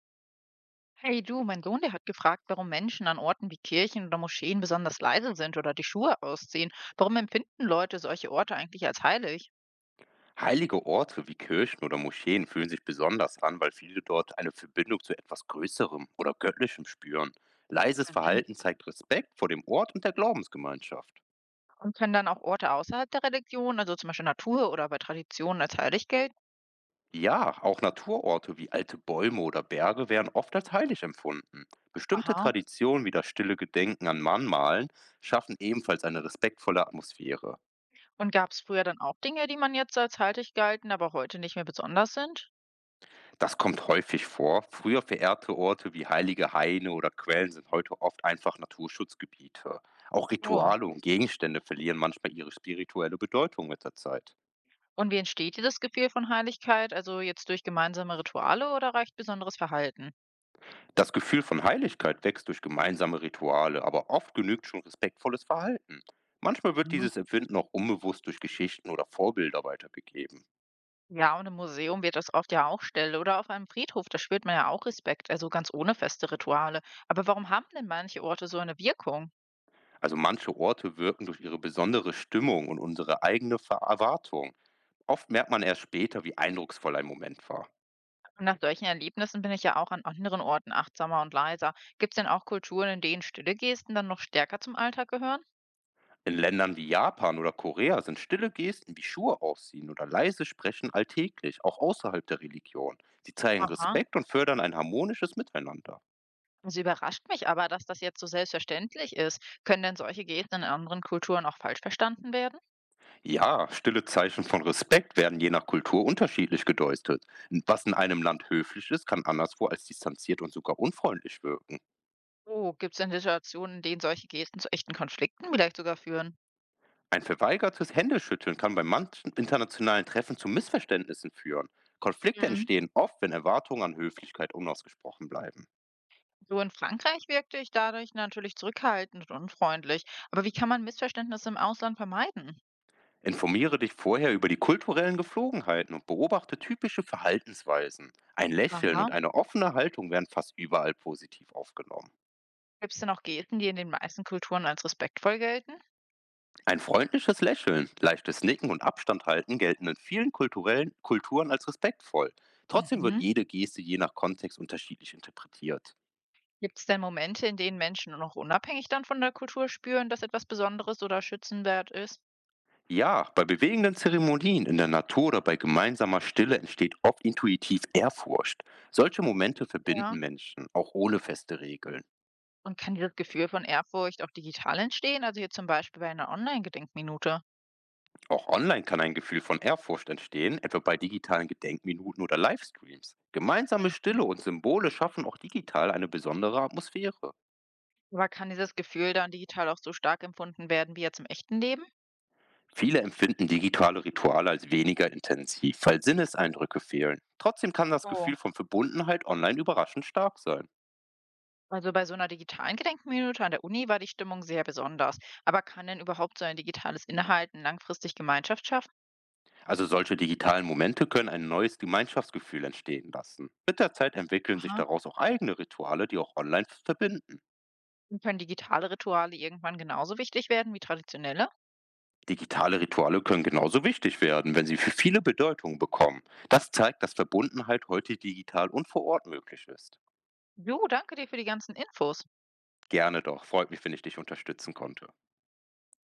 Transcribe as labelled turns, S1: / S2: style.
S1: Hey du, mein Sohn, der hat gefragt, warum Menschen an Orten wie Kirchen oder Moscheen besonders leise sind oder die Schuhe ausziehen. Warum empfinden Leute solche Orte eigentlich als heilig?
S2: Heilige Orte wie Kirchen oder Moscheen fühlen sich besonders an, weil viele dort eine Verbindung zu etwas Größerem oder Göttlichem spüren. Leises
S1: Mhm.
S2: Verhalten zeigt Respekt vor dem Ort und der Glaubensgemeinschaft.
S1: Und können dann auch Orte außerhalb der Religion, also zum Beispiel Natur oder bei Traditionen, als heilig gelten?
S2: Ja, auch Naturorte wie alte Bäume oder Berge werden oft als heilig empfunden. Bestimmte
S1: Aha.
S2: Traditionen wie das stille Gedenken an Mannmalen schaffen ebenfalls eine respektvolle Atmosphäre.
S1: Und gab es früher dann auch Dinge, die man jetzt als heilig galten, aber heute nicht mehr besonders sind?
S2: Das kommt häufig vor. Früher verehrte Orte wie heilige Haine oder Quellen sind heute oft einfach Naturschutzgebiete. Auch
S1: Oh.
S2: Rituale und Gegenstände verlieren manchmal ihre spirituelle Bedeutung mit der Zeit.
S1: Und wie entsteht dieses Gefühl von Heiligkeit? Also jetzt durch gemeinsame Rituale oder reicht besonderes Verhalten?
S2: Das Gefühl von Heiligkeit wächst durch gemeinsame Rituale, aber oft genügt schon respektvolles Verhalten. Manchmal wird
S1: Mhm.
S2: dieses Empfinden auch unbewusst durch Geschichten oder Vorbilder weitergegeben.
S1: Ja, und im Museum wird das oft ja auch still oder auf einem Friedhof, da spürt man ja auch Respekt, also ganz ohne feste Rituale. Aber warum haben denn manche Orte so eine Wirkung?
S2: Also manche Orte wirken durch ihre besondere Stimmung und unsere eigene Erwartung. Oft merkt man erst später, wie eindrucksvoll ein Moment war.
S1: Und nach solchen Erlebnissen bin ich ja auch an anderen Orten achtsamer und leiser. Gibt es denn auch Kulturen, in denen stille Gesten dann noch stärker zum Alltag gehören?
S2: In Ländern wie Japan oder Korea sind stille Gesten wie Schuhe ausziehen oder leise sprechen alltäglich, auch außerhalb der Religion. Sie zeigen
S1: Aha.
S2: Respekt und fördern ein harmonisches Miteinander.
S1: Also überrascht mich aber, dass das jetzt so selbstverständlich ist. Können denn solche Gesten in anderen Kulturen auch falsch verstanden werden?
S2: Ja, stille Zeichen von Respekt werden je nach Kultur unterschiedlich gedeutet. Was in einem Land höflich ist, kann anderswo als distanziert und sogar unfreundlich wirken.
S1: Oh, gibt es denn Situationen, in denen solche Gesten zu echten Konflikten vielleicht sogar führen?
S2: Ein verweigertes Händeschütteln kann bei manchen internationalen Treffen zu Missverständnissen führen. Konflikte
S1: Mhm.
S2: entstehen oft, wenn Erwartungen an Höflichkeit unausgesprochen bleiben.
S1: So in Frankreich wirkte ich dadurch natürlich zurückhaltend und unfreundlich. Aber wie kann man Missverständnisse im Ausland vermeiden?
S2: Informiere dich vorher über die kulturellen Geflogenheiten und beobachte typische Verhaltensweisen. Ein Lächeln
S1: Aha.
S2: und eine offene Haltung werden fast überall positiv aufgenommen.
S1: Gibt es denn auch Gesten, die in den meisten Kulturen als respektvoll gelten?
S2: Ein freundliches Lächeln, leichtes Nicken und Abstand halten gelten in vielen kulturellen Kulturen als respektvoll. Trotzdem wird
S1: Mhm.
S2: jede Geste je nach Kontext unterschiedlich interpretiert.
S1: Gibt es denn Momente, in denen Menschen noch unabhängig dann von der Kultur spüren, dass etwas Besonderes oder schützenwert ist?
S2: Ja, bei bewegenden Zeremonien in der Natur oder bei gemeinsamer Stille entsteht oft intuitiv Ehrfurcht. Solche Momente
S1: Ja.
S2: verbinden Menschen, auch ohne feste Regeln.
S1: Und kann dieses Gefühl von Ehrfurcht auch digital entstehen? Also hier zum Beispiel bei einer Online-Gedenkminute.
S2: Auch online kann ein Gefühl von Ehrfurcht entstehen, etwa bei digitalen Gedenkminuten oder Livestreams. Gemeinsame
S1: Mhm.
S2: Stille und Symbole schaffen auch digital eine besondere Atmosphäre.
S1: Aber kann dieses Gefühl dann digital auch so stark empfunden werden wie jetzt im echten Leben?
S2: Viele empfinden digitale Rituale als weniger intensiv, weil Sinneseindrücke fehlen. Trotzdem kann das
S1: Oh.
S2: Gefühl von Verbundenheit online überraschend stark sein.
S1: Also bei so einer digitalen Gedenkminute an der Uni war die Stimmung sehr besonders. Aber kann denn überhaupt so ein digitales Inhalten langfristig Gemeinschaft schaffen?
S2: Also solche digitalen Momente können ein neues Gemeinschaftsgefühl entstehen lassen. Mit der Zeit entwickeln sich
S1: Aha.
S2: daraus auch eigene Rituale, die auch online verbinden.
S1: Und können digitale Rituale irgendwann genauso wichtig werden wie traditionelle?
S2: Digitale Rituale können genauso wichtig werden, wenn sie für viele Bedeutungen bekommen. Das zeigt, dass Verbundenheit heute digital und vor Ort möglich ist.
S1: Jo, danke dir für die ganzen Infos.
S2: Gerne doch. Freut mich, wenn ich dich unterstützen konnte.